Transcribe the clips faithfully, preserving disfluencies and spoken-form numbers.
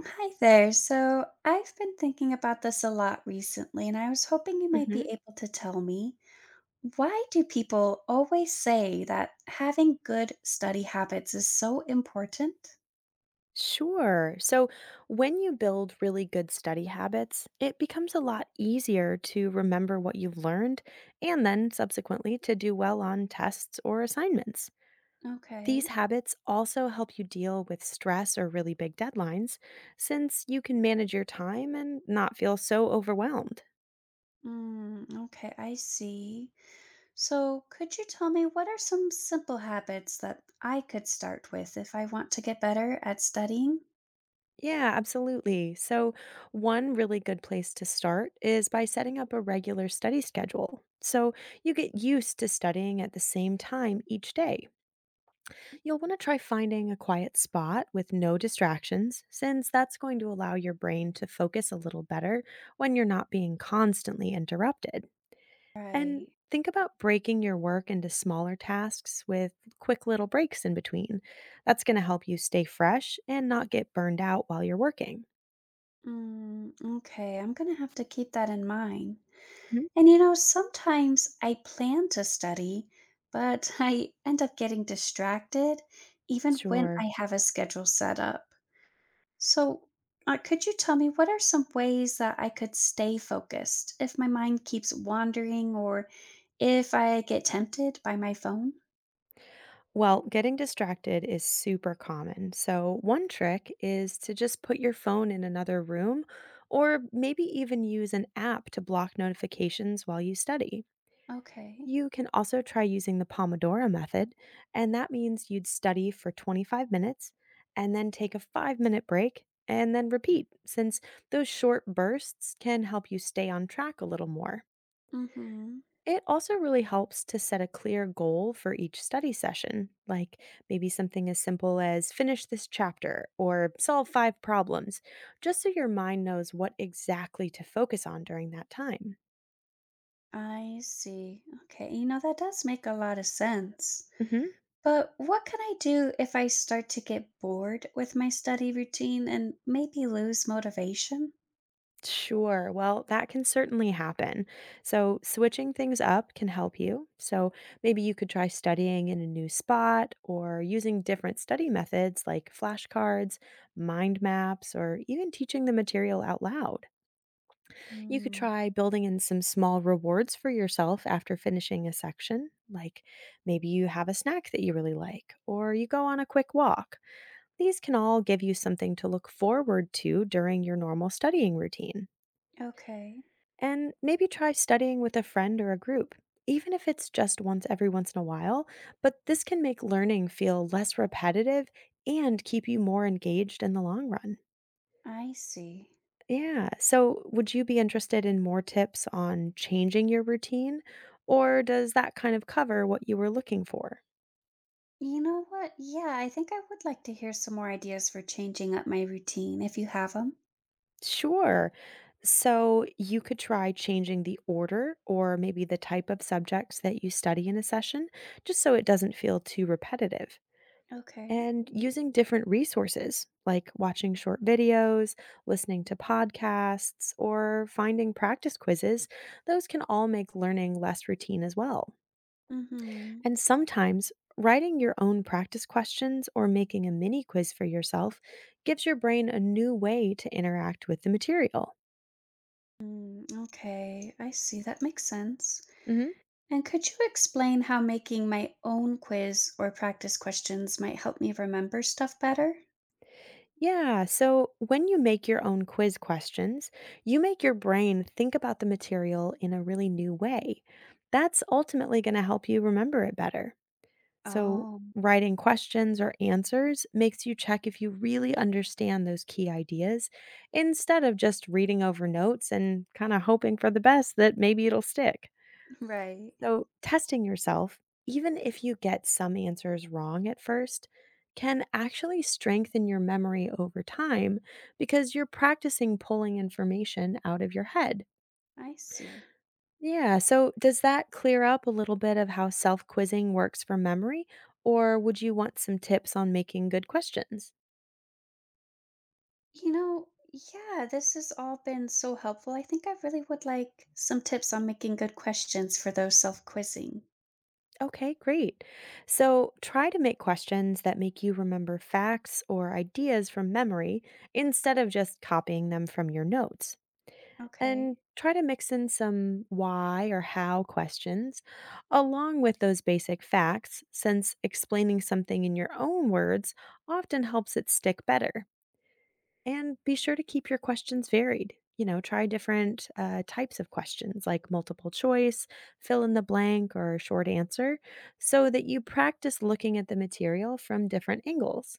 Hi there. So I've been thinking about this a lot recently, and I was hoping you might Hmm. be able to tell me, why do people always say that having good study habits is so important? Sure. So when you build really good study habits, it becomes a lot easier to remember what you've learned and then subsequently to do well on tests or assignments. These Okay. habits also help you deal with stress or really big deadlines since you can manage your time and not feel so overwhelmed. Mm, okay, I see. So could you tell me, what are some simple habits that I could start with if I want to get better at studying? Yeah, absolutely. So, one really good place to start is by setting up a regular study schedule. So, you get used to studying at the same time each day. You'll want to try finding a quiet spot with no distractions, since that's going to allow your brain to focus a little better when you're not being constantly interrupted. And Right. think about breaking your work into smaller tasks with quick little breaks in between. That's going to help you stay fresh and not get burned out while you're working. Mm, okay, I'm gonna have to keep that in mind. And you know, sometimes I plan to study, but I end up getting distracted even when Sure. I have a schedule set up. So, uh, could you tell me, what are some ways that I could stay focused if my mind keeps wandering or if I get tempted by my phone? Well, getting distracted is super common. So, one trick is to just put your phone in another room or maybe even use an app to block notifications while you study. Okay. You can also try using the Pomodoro method, and that means you'd study for twenty-five minutes and then take a five minute break and then repeat, since those short bursts can help you stay on track a little more. Mm-hmm. It also really helps to set a clear goal for each study session, like maybe something as simple as finish this chapter or solve five problems, just so your mind knows what exactly to focus on during that time. I see. Okay. You know, that does make a lot of sense. Hmm. But what can I do if I start to get bored with my study routine and maybe lose motivation? Sure. Well, that can certainly happen. So, switching things up can help you. So, maybe you could try studying in a new spot or using different study methods like flashcards, mind maps, or even teaching the material out loud. You could Mm, try building in some small rewards for yourself after finishing a section, like maybe you have a snack that you really like, or you go on a quick walk. These can all give you something to look forward to during your normal studying routine. Okay, And maybe try studying with a friend or a group, even if it's just once every once in a while, but this can make learning feel less repetitive and keep you more engaged in the long run. I see. Yeah. So, would you be interested in more tips on changing your routine, or does that kind of cover what you were looking for? You know what? Yeah, I think I would like to hear some more ideas for changing up my routine if you have them. Sure. So, you could try changing the order or maybe the type of subjects that you study in a session, just so it doesn't feel too repetitive. Okay. And using different resources like watching short videos, listening to podcasts, or finding practice quizzes, those can all make learning less routine as well. Mm-hmm. And sometimes writing your own practice questions or making a mini quiz for yourself gives your brain a new way to interact with the material. Mm, okay, I see. That makes sense. Hmm. And could you explain how making my own quiz or practice questions might help me remember stuff better? Yeah, so when you make your own quiz questions, you make your brain think about the material in a really new way. That's ultimately going to help you remember it better. So, Oh. writing questions or answers makes you check if you really understand those key ideas instead of just reading over notes and kind of hoping for the best that maybe it'll stick. Right. So, testing yourself, even if you get some answers wrong at first, can actually strengthen your memory over time because you're practicing pulling information out of your head. I see. Yeah, so does that clear up a little bit of how self-quizzing works for memory, or would you want some tips on making good questions? You know, yeah, this has all been so helpful. I think I really would like some tips on making good questions for those self quizzing. Okay, great. So try to make questions that make you remember facts or ideas from memory instead of just copying them from your notes. Okay. And try to mix in some why or how questions along with those basic facts, since explaining something in your own words often helps it stick better. And be sure to keep your questions varied. You know, try different uh, types of questions like multiple choice, fill in the blank, or short answer so that you practice looking at the material from different angles.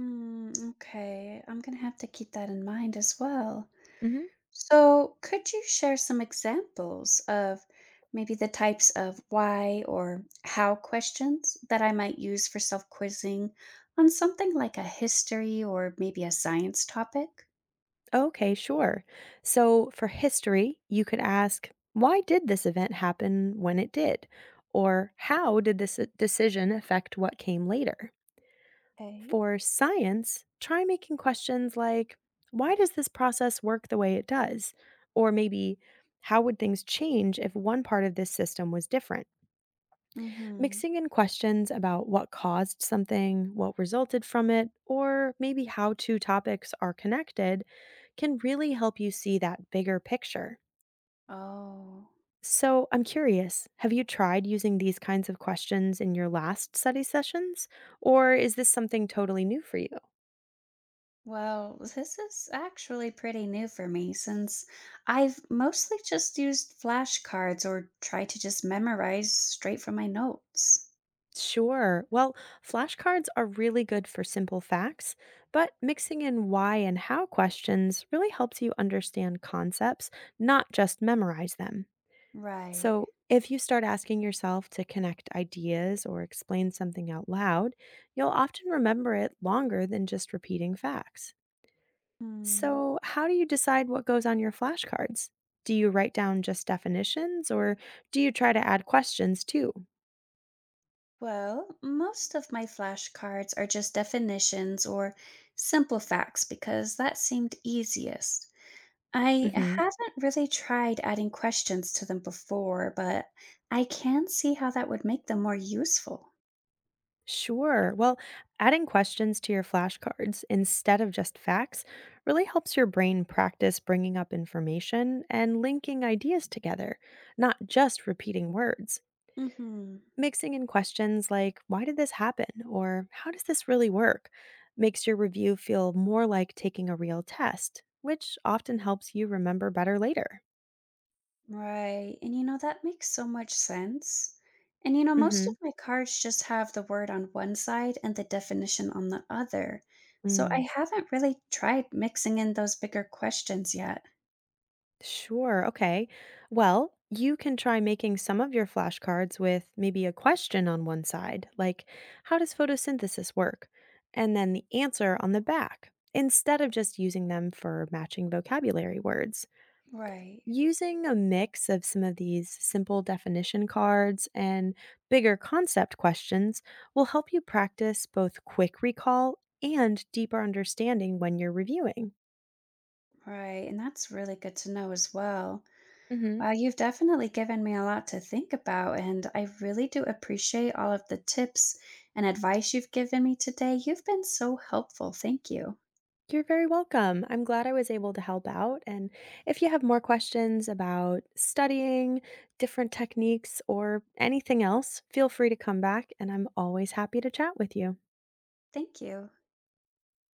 Mm, okay. I'm going to have to keep that in mind as well. Hmm. So, could you share some examples of maybe the types of why or how questions that I might use for self quizzing on something like a history or maybe a science topic? Okay, sure. So for history, you could ask, why did this event happen when it did? Or how did this uh, decision affect what came later? Okay. For science, try making questions like why does this process work the way it does? Or maybe how would things change if one part of this system was different? Mm hmm. Mixing in questions about what caused something, what resulted from it, or maybe how two topics are connected can really help you see that bigger picture. Oh, So, I'm curious, have you tried using these kinds of questions in your last study sessions? Or is this something totally new for you? well, this is actually pretty new for me since I've mostly just used flashcards or tried to just memorize straight from my notes. Sure. Well, flashcards are really good for simple facts, but mixing in why and how questions really helps you understand concepts, not just memorize them. Right. So, if you start asking yourself to connect ideas or explain something out loud, you'll often remember it longer than just repeating facts. Hmm. So, how do you decide what goes on your flashcards? Do you write down just definitions or do you try to add questions too? Well, most of my flashcards are just definitions or simple facts because that seemed easiest. I haven't really tried adding questions to them before, but I can see how that would make them more useful. Sure. Well, adding questions to your flashcards instead of just facts really helps your brain practice bringing up information and linking ideas together, not just repeating words. Mm hmm. Mixing in questions like, why did this happen? Or how does this really work? Makes your review feel more like taking a real test, which often helps you remember better later. Right. And you know, that makes so much sense. And you know, most of my cards just have the word on one side and the definition on the other. So Mm-hmm. I haven't really tried mixing in those bigger questions yet. Sure. Okay. Well, you can try making some of your flashcards with maybe a question on one side, like, how does photosynthesis work? And then the answer on the back, instead of just using them for matching vocabulary words. Right. Using a mix of some of these simple definition cards and bigger concept questions will help you practice both quick recall and deeper understanding when you're reviewing. Right. And that's really good to know as well. Mhm. Wow, you've definitely given me a lot to think about. And I really do appreciate all of the tips and advice you've given me today. You've been so helpful. Thank you. You're very welcome. I'm glad I was able to help out. And if you have more questions about studying, different techniques, or anything else, feel free to come back, and I'm always happy to chat with you. Thank you.